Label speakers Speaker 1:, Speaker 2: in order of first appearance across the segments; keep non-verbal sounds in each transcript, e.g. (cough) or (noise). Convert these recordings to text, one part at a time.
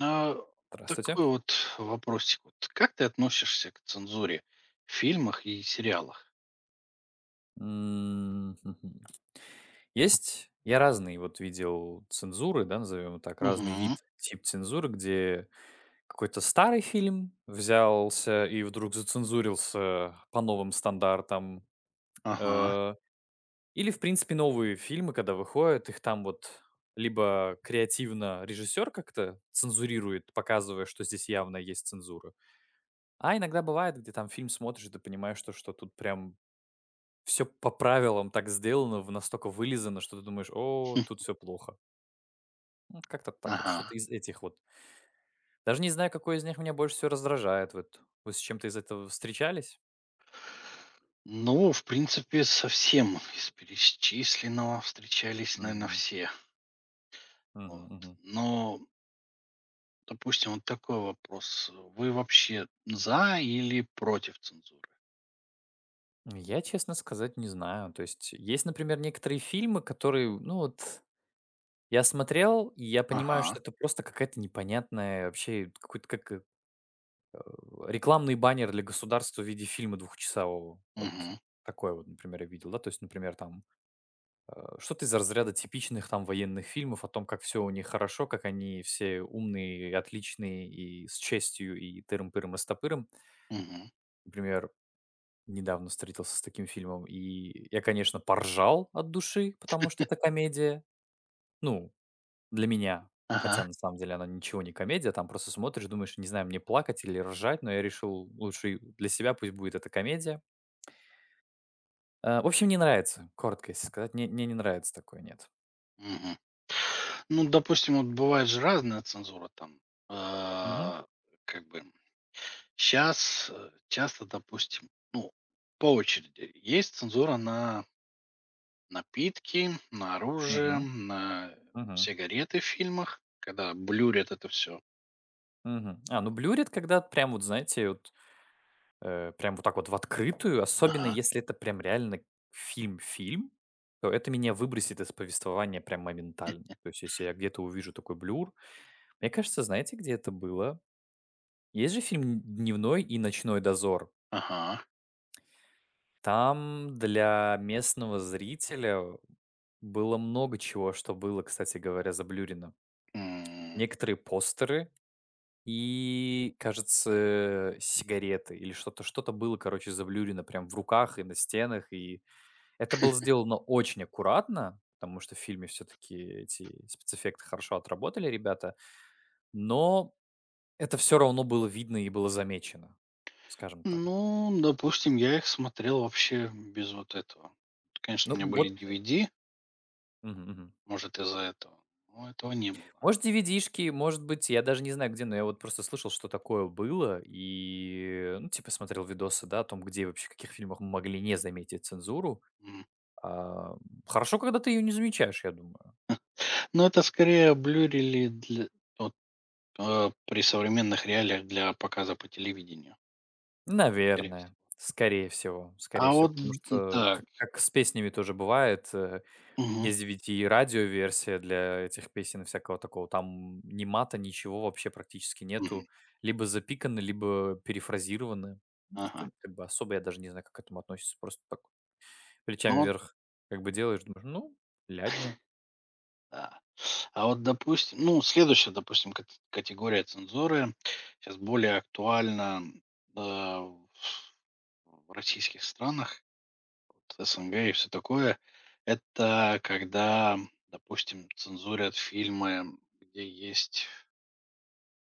Speaker 1: А,
Speaker 2: Здравствуйте.
Speaker 1: такой вот вопросик. Вот как ты относишься к цензуре в фильмах и сериалах?
Speaker 2: М, мгм. Есть, я разные вот видел цензуры, да, назовем так, разный
Speaker 1: Угу.
Speaker 2: вид, тип цензуры, где какой-то старый фильм взялся и вдруг зацензурился по новым стандартам.
Speaker 1: Ага.
Speaker 2: Э, Или, в принципе, новые фильмы, когда выходят, их там вот либо креативно режиссер как-то цензурирует, показывая, что здесь явно есть цензура. А иногда бывает, где там фильм смотришь, и ты понимаешь, что тут прям все по правилам так сделано, в настолько вылизано, что ты думаешь: "О,
Speaker 1: Хм.
Speaker 2: тут все плохо". Ну, как-то так вот,
Speaker 1: Ага.
Speaker 2: что-то из этих вот. Даже не знаю, какой из них меня больше всего раздражает. Вот вы с чем-то из этого встречались?
Speaker 1: Ну, в принципе, совсем из перечисленного встречались, наверное,
Speaker 2: Мгм.
Speaker 1: все.
Speaker 2: Мгм,
Speaker 1: Вот.
Speaker 2: мгм.
Speaker 1: Но, допустим, вот такой вопрос. Вы вообще за или против цензуры?
Speaker 2: Я, честно сказать, не знаю. То есть есть, например, некоторые фильмы, которые, ну вот, я смотрел, и я понимаю,
Speaker 1: Ага.
Speaker 2: что это просто какая-то непонятная вообще, какой-то как, рекламный баннер для государства в виде фильма двухчасового. Вот
Speaker 1: Угу.
Speaker 2: такое вот, например, я видел, да. То есть, например, там что-то из разряда типичных там военных фильмов о том, как все у них хорошо, как они все умные, отличные и с честью, и тырым-пырым, растопырым.
Speaker 1: Угу.
Speaker 2: Например, недавно встретился с таким фильмом, и я, конечно, поржал от души, потому что это комедия. Ну, для меня. Хотя,
Speaker 1: Ага.
Speaker 2: на самом деле, она ничего не комедия, там просто смотришь, думаешь, не знаю, мне плакать или ржать, но я решил лучше и для себя пусть будет эта комедия. В общем, не нравится, коротко если сказать, мне не нравится такое, нет.
Speaker 1: Мгм. Ну, допустим, вот бывает же разная цензура там.
Speaker 2: Мгм,
Speaker 1: э, Как бы сейчас часто, допустим, ну, по очереди есть цензура на напитки, на оружие,
Speaker 2: мгм,
Speaker 1: на
Speaker 2: мгм.
Speaker 1: сигареты в фильмах, когда блюрят это все.
Speaker 2: Мгм. А, ну блюрит, когда прям вот, знаете, вот, прям вот так вот в открытую, особенно
Speaker 1: Ага,
Speaker 2: если это прям реально фильм-фильм, то это меня выбросит из повествования прям моментально. То есть, если я где-то увижу такой блюр, мне кажется, знаете, где это было? Есть же фильм "Дневной и ночной дозор".
Speaker 1: ага.
Speaker 2: Там для местного зрителя было много чего, что было, кстати говоря, заблюрено.
Speaker 1: М,
Speaker 2: Некоторые постеры. И, кажется, сигареты или что-то было, короче, заблюрено прям в руках и на стенах. И это было сделано очень аккуратно, потому что в фильме все-таки эти спецэффекты хорошо отработали ребята. Но это все равно было видно и было замечено, скажем так.
Speaker 1: ну, допустим, я их смотрел вообще без вот этого. Конечно,
Speaker 2: Ну
Speaker 1: у меня
Speaker 2: м,
Speaker 1: были
Speaker 2: вот,
Speaker 1: DVD,
Speaker 2: мгм, мгм.
Speaker 1: может, из-за этого, но этого не было.
Speaker 2: Может, DVD может быть, я даже не знаю где, но я вот просто слышал, что такое было, и, ну, типа смотрел видосы, да, о том, где вообще, в каких фильмах могли не заметить цензуру.
Speaker 1: М.
Speaker 2: А, хорошо, когда ты ее не замечаешь, я думаю.
Speaker 1: Но это скорее блюрили для вот, при современных реалиях для показа по телевидению, скорее
Speaker 2: Наверное.
Speaker 1: всего.
Speaker 2: Скорее
Speaker 1: А
Speaker 2: всего,
Speaker 1: вот,
Speaker 2: потому
Speaker 1: м,
Speaker 2: что
Speaker 1: так.
Speaker 2: как с песнями тоже бывает,
Speaker 1: Мгм,
Speaker 2: есть ведь и радиоверсия для этих песен и всякого такого. Там ни мата, ничего вообще практически
Speaker 1: мгм.
Speaker 2: нету. Либо запиканы, либо перефразированы. Ну, что
Speaker 1: Ага.
Speaker 2: как бы особо я даже не знаю, как к этому относится. Просто так
Speaker 1: Ну
Speaker 2: плечами
Speaker 1: вот
Speaker 2: вверх как бы делаешь, думаешь: "Ну, лядня".
Speaker 1: да. А вот, допустим, ну, следующая, допустим, категория цензуры сейчас более актуальна, а, в российских странах, вот СНГ и все такое. Это когда, допустим, цензурят фильмы, где есть,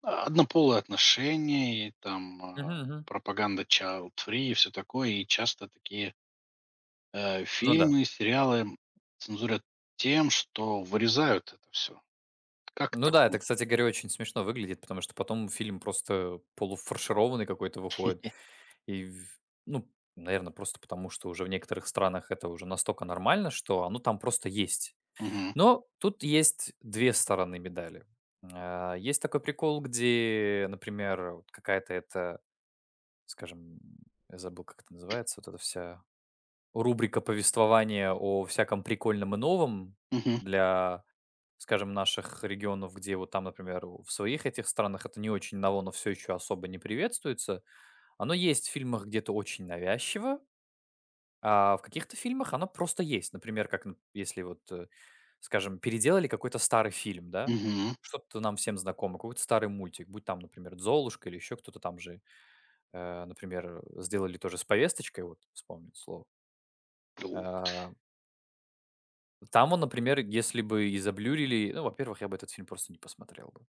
Speaker 1: а, однополые отношения и там,
Speaker 2: Мгм,
Speaker 1: а,
Speaker 2: мгм.
Speaker 1: пропаганда child free и все такое. И часто такие
Speaker 2: Ну да.
Speaker 1: фильмы, сериалы цензурят тем, что вырезают это все. Как к
Speaker 2: Ну да, это,
Speaker 1: такому?
Speaker 2: кстати говоря, очень смешно выглядит, потому что потом фильм просто полуфаршированный какой-то выходит. И, ну, наверное, просто потому, что уже в некоторых странах это уже настолько нормально, что оно там просто есть.
Speaker 1: Мгм,
Speaker 2: Но тут есть две стороны медали. А, есть такой прикол, где, например, вот какая-то это, скажем, я забыл, как это называется, вот эта вся рубрика повествования о всяком прикольном и новом
Speaker 1: мгм,
Speaker 2: для скажем, наших регионов, где вот там, например, у в своих этих странах это не очень ново, но всё еще особо не приветствуется. Оно есть в фильмах где-то очень навязчиво, а в каких-то фильмах оно просто есть. Например, как н если вот, скажем, переделали какой-то старый фильм, да,
Speaker 1: мгм.
Speaker 2: что-то нам всем знакомо, какой-то старый мультик, будь там, например, "Золушка" или еще кто-то там же, например, сделали тоже с повесточкой, вот вспомнил слово.
Speaker 1: Ух,
Speaker 2: А, там он, например, если бы и заблюрили, ну, во-первых, я бы этот фильм просто не посмотрел бы.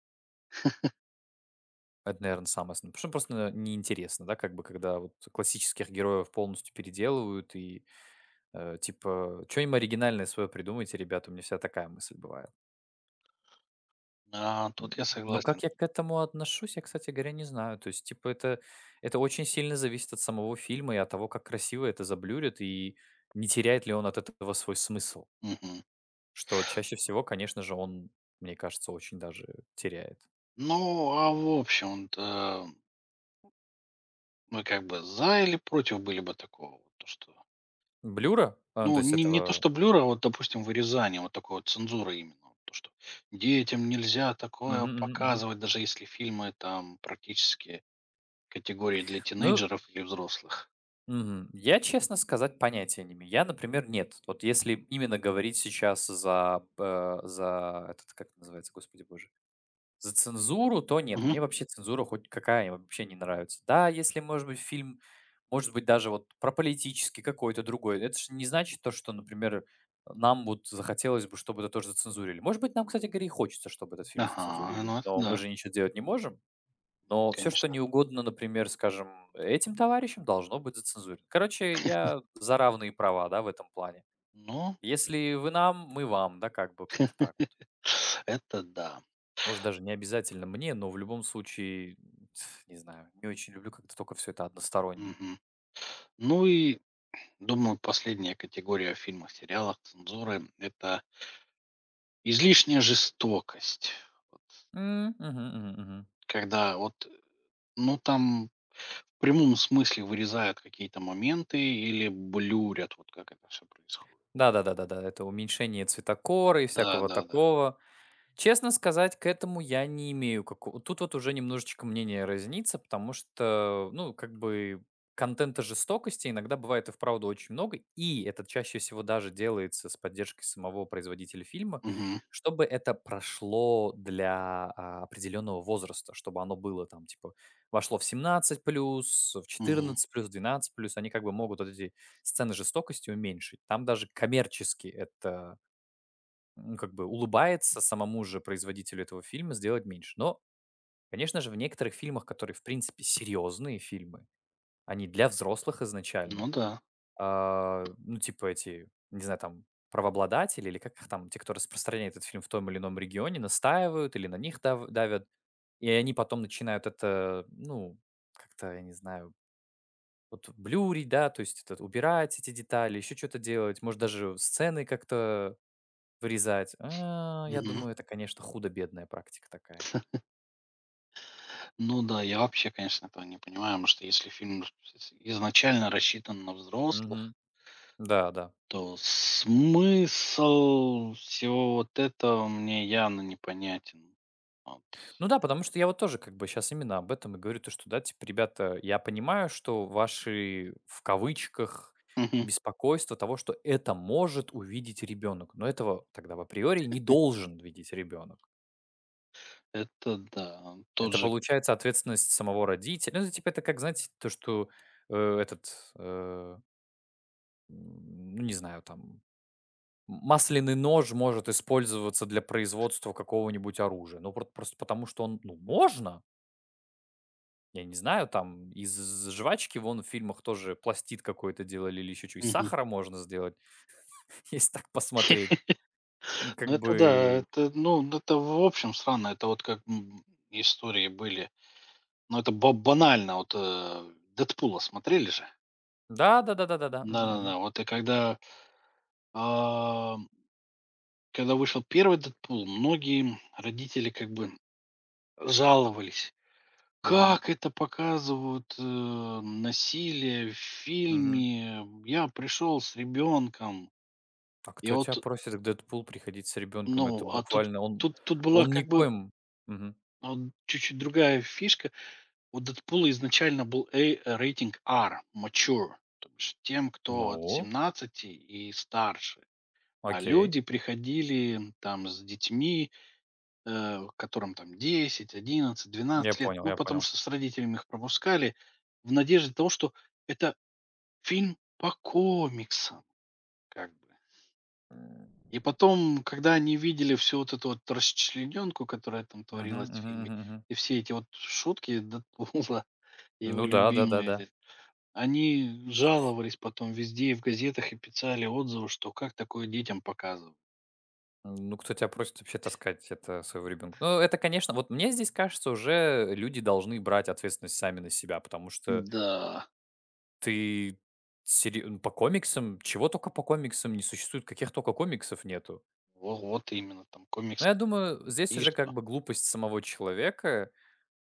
Speaker 2: Это, наверно, самое основное. Потому что просто неинтересно, да, как бы, когда вот классических героев полностью переделывают и, типа: "что нибудь оригинальное свое придумайте, ребята". У меня вся такая мысль бывает.
Speaker 1: да,
Speaker 2: М,
Speaker 1: тут я
Speaker 2: но
Speaker 1: согласен.
Speaker 2: как я к этому отношусь, я, кстати говоря, не знаю. То есть, типа, это очень сильно зависит от самого фильма и от того, как красиво это заблюрит и не теряет ли он от этого свой смысл,
Speaker 1: Мгм.
Speaker 2: что чаще всего, конечно же, он, мне кажется, очень даже теряет.
Speaker 1: Ну, а в общем-то, мы как бы за или против были бы такого? Вот то, что
Speaker 2: Блюра? А, то
Speaker 1: ну,
Speaker 2: есть
Speaker 1: не то,
Speaker 2: этого.
Speaker 1: что блюра, а вот, допустим, вырезание, вот такой вот цензуры именно. Вот то, что детям нельзя
Speaker 2: Мгм,
Speaker 1: такое
Speaker 2: мгм, мгм.
Speaker 1: показывать, даже если фильмы там практически категории для
Speaker 2: Ну
Speaker 1: тинейджеров или взрослых.
Speaker 2: мгм. Я, честно сказать, понятия не имею. Я, например, нет. Вот если именно говорить сейчас за этот, как это называется, господи боже, за цензуру, то нет.
Speaker 1: Мгм.
Speaker 2: Мне вообще цензура хоть какая вообще не нравится. Да, если, может быть, фильм, может быть, даже вот про политический какой-то другой. Это же не значит то, что, например, нам вот захотелось бы, чтобы это тоже зацензурили. Может быть, нам, кстати говоря, и хочется, чтобы этот фильм
Speaker 1: Ага,
Speaker 2: зацензурили,
Speaker 1: ну это
Speaker 2: но мы
Speaker 1: да.
Speaker 2: же ничего делать не можем. Но все что
Speaker 1: Конечно.
Speaker 2: не угодно, например, скажем, этим товарищам, должно быть зацензурено. Короче, я за равные права, да, в этом плане.
Speaker 1: Ну,
Speaker 2: Если вы нам, мы вам, да, как бы как-то так вот.
Speaker 1: (laughs) это да.
Speaker 2: Может, даже не обязательно мне, но в любом случае, (tsk) не знаю, не очень люблю, как-то только все это односторонне.
Speaker 1: Мгм. Ну и, думаю, последняя категория в фильмах, сериалах, цензуры – это излишняя жестокость. Вот
Speaker 2: М, мгм, мгм, мгм.
Speaker 1: когда вот, ну, там в прямом смысле вырезают какие-то моменты или блюрят, вот как это все происходит.
Speaker 2: Да-да-да-да-да, это уменьшение цветокора и
Speaker 1: Да,
Speaker 2: всякого
Speaker 1: да, да.
Speaker 2: такого. Честно сказать, к этому я не имею какого... Тут вот уже немножечко мнение разнится, потому что, ну, как бы контента жестокости иногда бывает и вправду очень много, и это чаще всего даже делается с поддержкой самого производителя фильма,
Speaker 1: Мгм.
Speaker 2: чтобы это прошло для определенного возраста, чтобы оно было там, типа, вошло в 17+, в
Speaker 1: Мгм.
Speaker 2: 14+, 12+, они как бы могут вот эти сцены жестокости уменьшить. Там даже коммерчески это как бы улыбается самому же производителю этого фильма сделать меньше. Но, конечно же, в некоторых фильмах, которые, в принципе, серьезные фильмы, они для взрослых изначально,
Speaker 1: Ну да.
Speaker 2: ну, типа эти, не знаю, там, правообладатели или как их там, те, кто распространяет этот фильм в том или ином регионе, настаивают или на них давят, и они потом начинают это, ну, как-то, я не знаю, вот блюрить, да, то есть это убирать эти детали, еще что-то делать, может, даже сцены как-то вырезать. А, я
Speaker 1: Мгм.
Speaker 2: думаю, это, конечно, худо-бедная практика такая.
Speaker 1: Ну да, я вообще, конечно, этого не понимаю, потому что если фильм изначально рассчитан на
Speaker 2: Мгм.
Speaker 1: взрослых,
Speaker 2: Да, да.
Speaker 1: то смысл всего вот этого мне явно непонятен. Вот.
Speaker 2: Ну да, потому что я вот тоже как бы сейчас именно об этом и говорю, то что, да, типа, ребята, я понимаю, что ваши, в кавычках,
Speaker 1: Мгм.
Speaker 2: беспокойство того, что это может увидеть ребенок, но этого тогда в априори не должен видеть ребенок.
Speaker 1: Это да. Тот
Speaker 2: Это
Speaker 1: же
Speaker 2: получается ответственность самого родителя. Ну, это типа, это как, знаете, то, что, этот, ну, не знаю, там масляный нож может использоваться для производства какого-нибудь оружия. Ну, прот просто потому, что он, ну, можно. Я не знаю, там из жвачки вон в фильмах тоже пластид какой-то делали или еще чё. Из
Speaker 1: мгм.
Speaker 2: сахара можно сделать, (laughs) если так посмотреть. М, как
Speaker 1: Ну это да,
Speaker 2: бы
Speaker 1: это, ну, ну, это в общем странно. Это вот как, м, истории были. Ну это ба банально. Вот, "Дэдпула" смотрели же?
Speaker 2: да да да да да да. Мгм мгм.
Speaker 1: Да-да-да. Вот и когда, ам, когда вышел первый "Дэдпул", многие родители как бы жаловались.
Speaker 2: Мгм.
Speaker 1: Как это показывают, насилие в
Speaker 2: Мгм.
Speaker 1: фильме. Я пришел с ребенком,
Speaker 2: А
Speaker 1: и
Speaker 2: кто тебя
Speaker 1: вот,
Speaker 2: просит к Дэдпул приходить с ребенком?
Speaker 1: ну,
Speaker 2: Это
Speaker 1: а тут
Speaker 2: буквально
Speaker 1: тут была
Speaker 2: он
Speaker 1: как бы,
Speaker 2: никоим. Мгм.
Speaker 1: а, чуть-чуть другая фишка. У "Дэдпула" изначально был рейтинг R, mature, то бишь тем, кто от
Speaker 2: Ну,
Speaker 1: 17 и старше. А
Speaker 2: окей.
Speaker 1: люди приходили там с детьми, которым там десять, одиннадцать,
Speaker 2: Я
Speaker 1: двенадцать лет,
Speaker 2: понял,
Speaker 1: ну,
Speaker 2: я
Speaker 1: потому
Speaker 2: понял.
Speaker 1: что с родителями их пропускали в надежде того, что это фильм по комиксам, как бы.
Speaker 2: М,
Speaker 1: И потом, когда они видели всю вот эту вот расчленёнку, которая там
Speaker 2: мгм
Speaker 1: творилась в
Speaker 2: мгм
Speaker 1: фильме,
Speaker 2: мгм мгм.
Speaker 1: и все эти вот шутки Дэдпула (laughs) и его
Speaker 2: Ну да да да
Speaker 1: любимые,
Speaker 2: да.
Speaker 1: они жаловались потом везде и в газетах, и писали отзывы, что как такое детям показывают.
Speaker 2: Ну, кто тебя просит вообще таскать это своего ребенка? Ну, это, конечно, вот мне здесь кажется, уже люди должны брать ответственность сами на себя, потому что
Speaker 1: Да,
Speaker 2: ты ну, по комиксам, чего только по комиксам не существует, каких только комиксов нету.
Speaker 1: во вот именно, там
Speaker 2: Но я
Speaker 1: комиксов
Speaker 2: думаю, здесь
Speaker 1: и
Speaker 2: уже как
Speaker 1: что.
Speaker 2: бы глупость самого человека,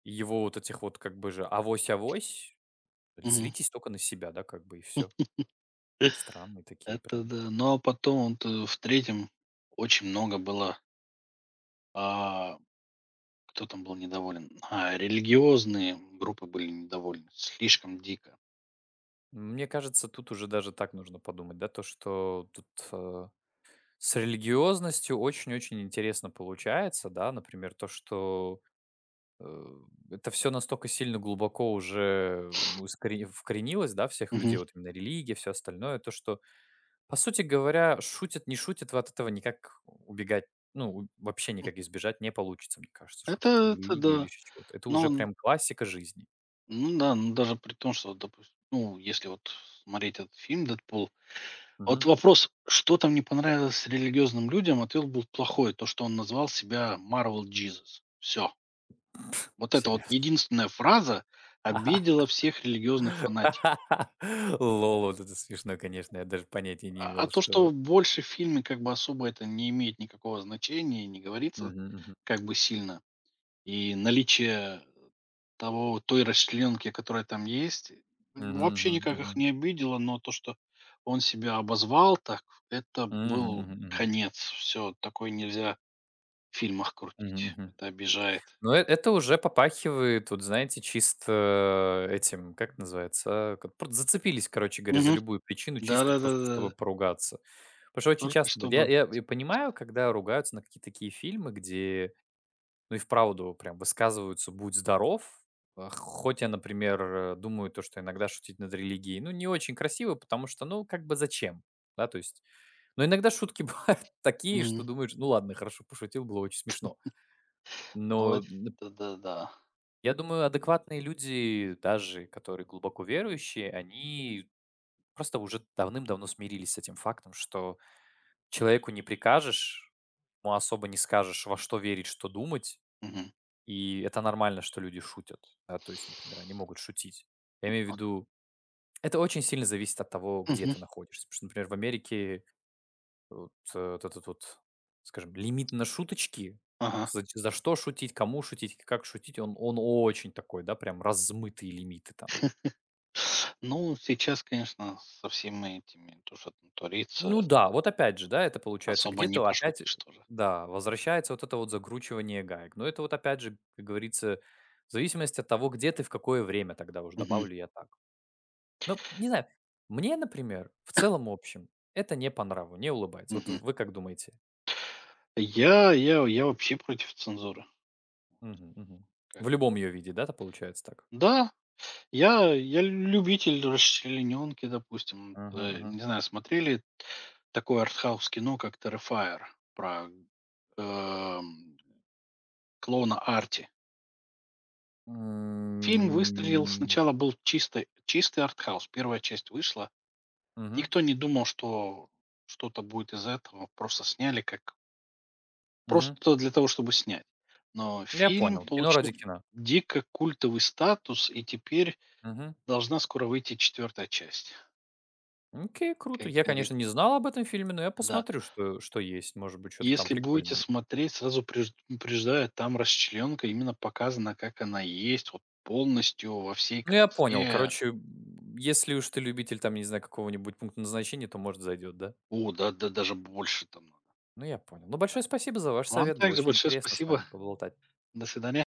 Speaker 2: и его вот этих вот как бы же авось-авось,
Speaker 1: Мгм.
Speaker 2: злитесь только на себя, да, как бы и все. Странные
Speaker 1: (laughs)
Speaker 2: такие
Speaker 1: Это
Speaker 2: прям.
Speaker 1: да. Ну, а потом вот, в третьем очень много было, а кто там был недоволен? А, религиозные группы были недовольны. Слишком дико.
Speaker 2: Мне кажется, тут уже даже так нужно подумать, да, то, что тут э, с религиозностью очень-очень интересно получается, да, например, то, что, э, это все настолько сильно глубоко уже, ну, искоре вкоренилось, да, всех
Speaker 1: Мгм.
Speaker 2: людей, вот именно религия, все остальное, то, что, по сути говоря, шутит, не шутит, вы от этого никак убегать, ну, вообще никак избежать не получится, мне кажется, шуток про
Speaker 1: Это
Speaker 2: религию или
Speaker 1: да.
Speaker 2: еще чего-то. Это
Speaker 1: Но
Speaker 2: уже
Speaker 1: он
Speaker 2: прям классика жизни.
Speaker 1: ну да, ну даже при том, что, допустим, ну, если вот смотреть этот фильм "Дэдпул", вот
Speaker 2: Мгм.
Speaker 1: вопрос, что там не понравилось религиозным людям, ответ был плохой, то, что он назвал себя Marvel Jesus. Все. Вот это вот
Speaker 2: Серьезно.
Speaker 1: единственная фраза обидела
Speaker 2: (laughs)
Speaker 1: всех религиозных фанатиков.
Speaker 2: Лол, вот это смешно, конечно, я даже понятия не
Speaker 1: А
Speaker 2: имел,
Speaker 1: то, что
Speaker 2: что.
Speaker 1: больше в фильме как бы особо это не имеет никакого значения не говорится
Speaker 2: Мгм, мгм.
Speaker 1: как бы сильно, и наличие того той расчленки, которая там есть,
Speaker 2: Мгм,
Speaker 1: вообще
Speaker 2: мгм,
Speaker 1: никак их
Speaker 2: мгм.
Speaker 1: не обидело, но то, что он себя обозвал так, это
Speaker 2: Мгм,
Speaker 1: был
Speaker 2: мгм, мгм.
Speaker 1: конец. Все такое нельзя в фильмах
Speaker 2: Мгм,
Speaker 1: крутить.
Speaker 2: мгм.
Speaker 1: Это обижает.
Speaker 2: Ну, это уже попахивает, вот знаете, чисто этим, как это называется, а, как пр зацепились, короче говоря, за
Speaker 1: Мгм.
Speaker 2: любую причину, чисто просто чтобы
Speaker 1: Да-да-да-да.
Speaker 2: поругаться. Потому что очень
Speaker 1: Только
Speaker 2: часто быт я
Speaker 1: чтобы
Speaker 2: я и понимаю, когда ругаются на какие-то такие фильмы, где ну и вправду прям высказываются: "Будь здоров". А, хоть я, например, думаю, то, что иногда шутить над религией, ну, не очень красиво, потому что, ну, как бы зачем? Да, то есть. Но иногда шутки (laughs) бывают такие, что
Speaker 1: мгм.
Speaker 2: думаешь: "Ну ладно, хорошо, пошутил, было очень смешно". Но
Speaker 1: Ну,
Speaker 2: н
Speaker 1: это да-да.
Speaker 2: я думаю, адекватные люди, даже которые глубоко верующие, они просто уже давным-давно смирились с этим фактом, что человеку не прикажешь, ему особо не скажешь, во что верить, что думать.
Speaker 1: Мгм.
Speaker 2: И это нормально, что люди шутят. Да, то есть, например, они могут шутить. Я имею в
Speaker 1: Вот.
Speaker 2: виду, это очень сильно зависит от того, где
Speaker 1: Мгм.
Speaker 2: ты находишься. Потому что, например, в Америке вот, вот этот вот, скажем, лимит на шуточки,
Speaker 1: Ага.
Speaker 2: за, за что шутить, кому шутить, как шутить, он очень такой, да, прям размытые лимиты там.
Speaker 1: Ну, сейчас, конечно, со всеми этими, то, что там творится,
Speaker 2: Ну да, вот опять же, да, это получается
Speaker 1: особо не
Speaker 2: где-то опять,
Speaker 1: пошутишь тоже.
Speaker 2: да, возвращается вот это вот закручивание гаек. Но это вот опять же, как говорится, в зависимости от того, где ты, в какое время тогда уже
Speaker 1: Мгм.
Speaker 2: добавлю я так. Ну, не знаю, мне, например, в целом общем, это не по нраву, не улыбается. Вот
Speaker 1: Мгм.
Speaker 2: вы как думаете?
Speaker 1: Я вообще против цензуры,
Speaker 2: Мгм, мгм.
Speaker 1: как
Speaker 2: В
Speaker 1: бы.
Speaker 2: любом ее виде, да, это получается так?
Speaker 1: Да, я любитель расчленёнки, допустим.
Speaker 2: Мгм, мгм.
Speaker 1: Не знаю, смотрели такое артхаус-кино, как "Terrifier" про, эм, клоуна Арти. Фильм выстрелил,
Speaker 2: М,
Speaker 1: сначала был чистый, чистый артхаус. Первая часть вышла.
Speaker 2: мгм,
Speaker 1: Никто не думал, что что-то будет из этого. Просто сняли как
Speaker 2: мгм.
Speaker 1: просто для того, чтобы снять. Но
Speaker 2: Я
Speaker 1: фильм
Speaker 2: понял. Кино
Speaker 1: получил
Speaker 2: ради кино.
Speaker 1: дико культовый статус, и теперь
Speaker 2: Мгм.
Speaker 1: должна скоро выйти четвертая часть.
Speaker 2: Окей, круто.
Speaker 1: Как
Speaker 2: Я,
Speaker 1: говорит
Speaker 2: конечно, не знал об этом фильме, но я
Speaker 1: да.
Speaker 2: посмотрю, что есть. Может быть, что-то там
Speaker 1: Если будете
Speaker 2: прикольное.
Speaker 1: смотреть, сразу предупреждаю, там расчленка именно показана, как она есть, вот полностью, во всей
Speaker 2: Ну, я понял.
Speaker 1: красе.
Speaker 2: Короче, если уж ты любитель, там, не знаю, какого-нибудь пункта назначения, то, может, зайдет, да?
Speaker 1: О да, да даже больше там надо.
Speaker 2: Ну, я понял. Ну, большое спасибо за ваш
Speaker 1: Вам
Speaker 2: совет. Было
Speaker 1: также
Speaker 2: очень
Speaker 1: большое
Speaker 2: интересно с
Speaker 1: спасибо.
Speaker 2: вами поболтать.
Speaker 1: До свидания.